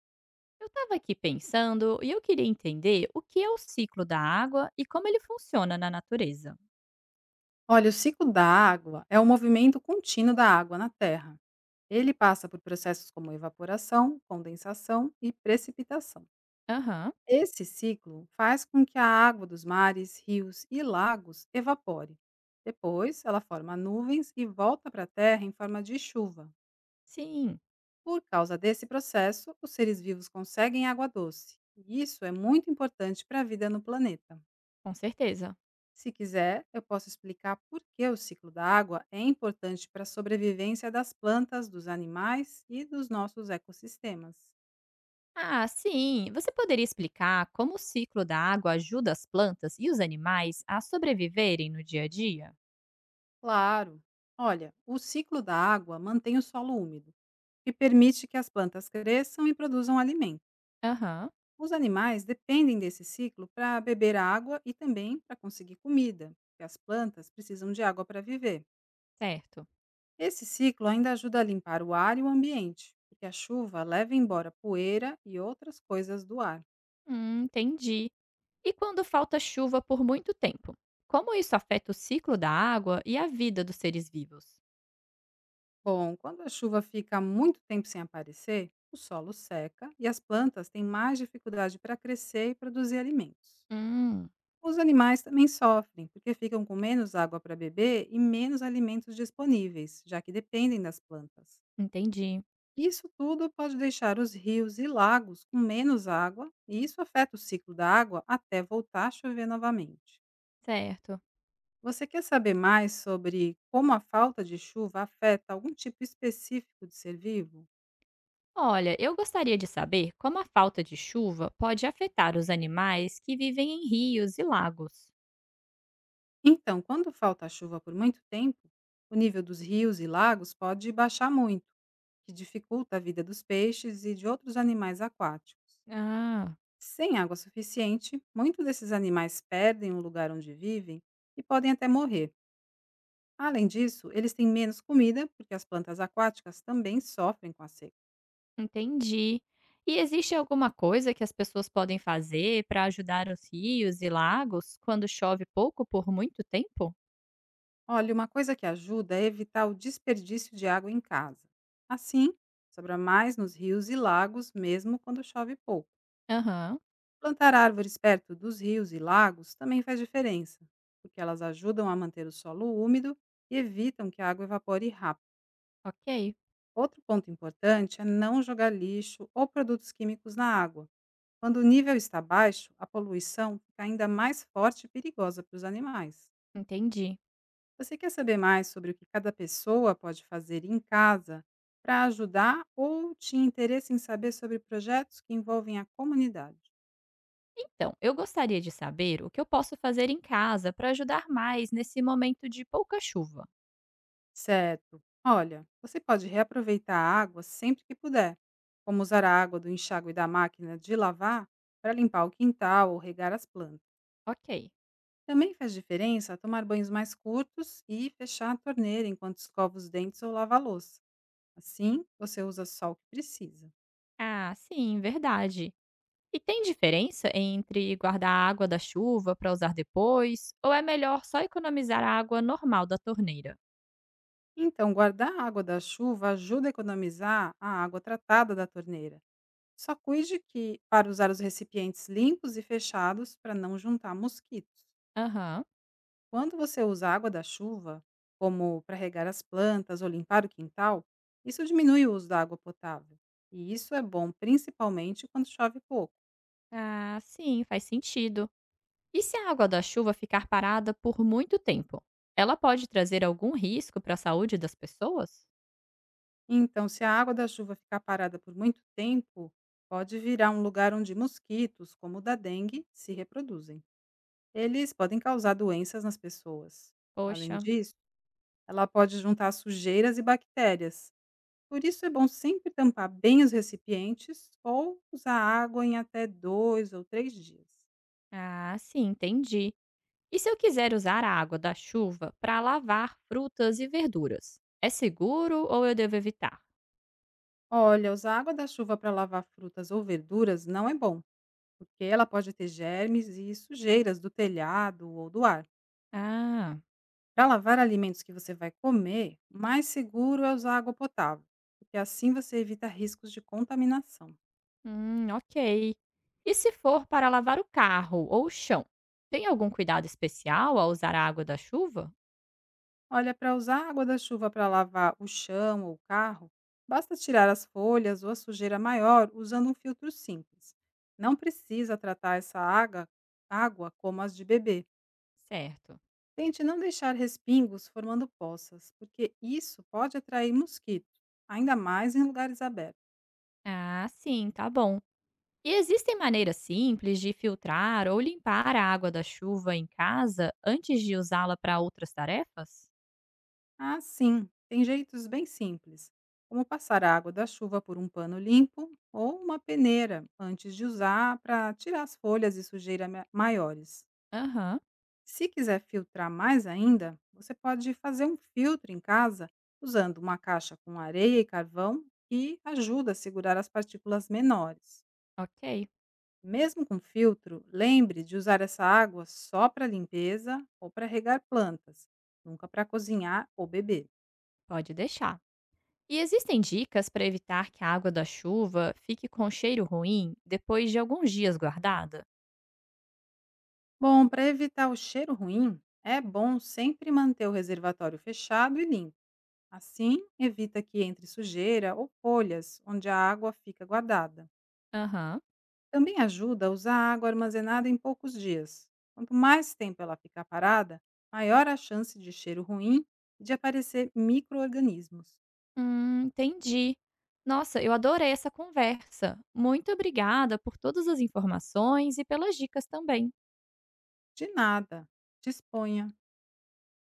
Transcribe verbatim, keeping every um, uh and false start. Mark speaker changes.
Speaker 1: Eu estava aqui pensando e eu queria entender o que é o ciclo da água e como ele funciona na natureza.
Speaker 2: Olha, o ciclo da água é o movimento contínuo da água na Terra. Ele passa por processos como evaporação, condensação e precipitação.
Speaker 1: Aham,
Speaker 2: Esse ciclo faz com que a água dos mares, rios e lagos evapore. Depois, ela forma nuvens e volta para a Terra em forma de chuva.
Speaker 1: sim,
Speaker 2: Por causa desse processo, os seres vivos conseguem água doce. E isso é muito importante para a vida no planeta.
Speaker 1: com certeza.
Speaker 2: Se quiser, eu posso explicar por que o ciclo da água é importante para a sobrevivência das plantas, dos animais e dos nossos ecossistemas.
Speaker 1: Ah, sim! Você poderia explicar como o ciclo da água ajuda as plantas e os animais a sobreviverem no dia a dia?
Speaker 2: Claro! Olha, o ciclo da água mantém o solo úmido e permite que as plantas cresçam e produzam alimento.
Speaker 1: Aham,
Speaker 2: Os animais dependem desse ciclo para beber água e também para conseguir comida, porque as plantas precisam de água para viver.
Speaker 1: certo.
Speaker 2: Esse ciclo ainda ajuda a limpar o ar e o ambiente, porque a chuva leva embora poeira e outras coisas do ar.
Speaker 1: Hum, entendi. E quando falta chuva por muito tempo? Como isso afeta o ciclo da água e a vida dos seres vivos?
Speaker 2: Bom, quando a chuva fica muito tempo sem aparecer, o solo seca e as plantas têm mais dificuldade para crescer e produzir alimentos.
Speaker 1: Hum,
Speaker 2: Os animais também sofrem, porque ficam com menos água para beber e menos alimentos disponíveis, já que dependem das plantas.
Speaker 1: entendi,
Speaker 2: Isso tudo pode deixar os rios e lagos com menos água, e isso afeta o ciclo da água até voltar a chover novamente.
Speaker 1: certo.
Speaker 2: Você quer saber mais sobre como a falta de chuva afeta algum tipo específico de ser vivo?
Speaker 1: Olha, eu gostaria de saber como a falta de chuva pode afetar os animais que vivem em rios e lagos.
Speaker 2: Então, quando falta chuva por muito tempo, o nível dos rios e lagos pode baixar muito, o que dificulta a vida dos peixes e de outros animais aquáticos.
Speaker 1: Ah,
Speaker 2: Sem água suficiente, muitos desses animais perdem o lugar onde vivem e podem até morrer. Além disso, eles têm menos comida, porque as plantas aquáticas também sofrem com a seca.
Speaker 1: entendi. E existe alguma coisa que as pessoas podem fazer para ajudar os rios e lagos quando chove pouco por muito tempo?
Speaker 2: Olha, uma coisa que ajuda é evitar o desperdício de água em casa. Assim, sobra mais nos rios e lagos, mesmo quando chove pouco.
Speaker 1: Aham,
Speaker 2: Plantar árvores perto dos rios e lagos também faz diferença, porque elas ajudam a manter o solo úmido e evitam que a água evapore rápido.
Speaker 1: ok,
Speaker 2: Outro ponto importante é não jogar lixo ou produtos químicos na água. Quando o nível está baixo, a poluição fica ainda mais forte e perigosa para os animais.
Speaker 1: entendi.
Speaker 2: Você quer saber mais sobre o que cada pessoa pode fazer em casa para ajudar ou tinha interesse em saber sobre projetos que envolvem a comunidade?
Speaker 1: Então, eu gostaria de saber o que eu posso fazer em casa para ajudar mais nesse momento de pouca chuva.
Speaker 2: Certo. Olha, você pode reaproveitar a água sempre que puder, como usar a água do enxágue e da máquina de lavar para limpar o quintal ou regar as plantas.
Speaker 1: Ok.
Speaker 2: Também faz diferença tomar banhos mais curtos e fechar a torneira enquanto escova os dentes ou lava a louça. Assim, você usa só o que precisa.
Speaker 1: Ah, sim, verdade. E tem diferença entre guardar a água da chuva para usar depois, ou é melhor só economizar a água normal da torneira?
Speaker 2: Então, guardar a água da chuva ajuda a economizar a água tratada da torneira. Só cuide que para usar os recipientes limpos e fechados para não juntar mosquitos.
Speaker 1: Aham.
Speaker 2: Quando você usa a água da chuva, como para regar as plantas ou limpar o quintal, isso diminui o uso da água potável. E isso é bom principalmente quando chove pouco.
Speaker 1: Ah, sim, faz sentido. E se a água da chuva ficar parada por muito tempo? Ela pode trazer algum risco para a saúde das pessoas?
Speaker 2: Então, se a água da chuva ficar parada por muito tempo, pode virar um lugar onde mosquitos, como o da dengue, se reproduzem. Eles podem causar doenças nas pessoas. Além
Speaker 1: Poxa.
Speaker 2: disso, ela pode juntar sujeiras e bactérias. Por isso é bom sempre tampar bem os recipientes ou usar água em até dois ou três dias.
Speaker 1: Ah, sim, entendi. E se eu quiser usar a água da chuva para lavar frutas e verduras? É seguro ou eu devo evitar?
Speaker 2: Olha, usar água da chuva para lavar frutas ou verduras não é bom, porque ela pode ter germes e sujeiras do telhado ou do ar.
Speaker 1: Ah.
Speaker 2: Para lavar alimentos que você vai comer, o mais seguro é usar água potável, porque assim você evita riscos de contaminação.
Speaker 1: Hum, ok. E se for para lavar o carro ou o chão, tem algum cuidado especial ao usar a água da chuva?
Speaker 2: Olha, para usar a água da chuva para lavar o chão ou o carro, basta tirar as folhas ou a sujeira maior usando um filtro simples. Não precisa tratar essa água, água como as de bebê.
Speaker 1: Certo.
Speaker 2: Tente não deixar respingos formando poças, porque isso pode atrair mosquitos, ainda mais em lugares abertos.
Speaker 1: Ah, sim, tá bom. E existem maneiras simples de filtrar ou limpar a água da chuva em casa antes de usá-la para outras tarefas?
Speaker 2: Ah, sim, tem jeitos bem simples, como passar a água da chuva por um pano limpo ou uma peneira antes de usar para tirar as folhas e sujeira ma- maiores.
Speaker 1: Aham,
Speaker 2: Se quiser filtrar mais ainda, você pode fazer um filtro em casa usando uma caixa com areia e carvão que ajuda a segurar as partículas menores.
Speaker 1: ok,
Speaker 2: Mesmo com filtro, lembre de usar essa água só para limpeza ou para regar plantas, nunca para cozinhar ou beber.
Speaker 1: pode deixar. E existem dicas para evitar que a água da chuva fique com cheiro ruim depois de alguns dias guardada?
Speaker 2: Bom, para evitar o cheiro ruim, é bom sempre manter o reservatório fechado e limpo. Assim, evita que entre sujeira ou folhas onde a água fica guardada.
Speaker 1: Aham.
Speaker 2: Também ajuda a usar a água armazenada em poucos dias. Quanto mais tempo ela ficar parada, maior a chance de cheiro ruim e de aparecer micro-organismos.
Speaker 1: Hum, entendi. Nossa, eu adorei essa conversa. Muito obrigada por todas as informações e pelas dicas também.
Speaker 2: De nada. Disponha.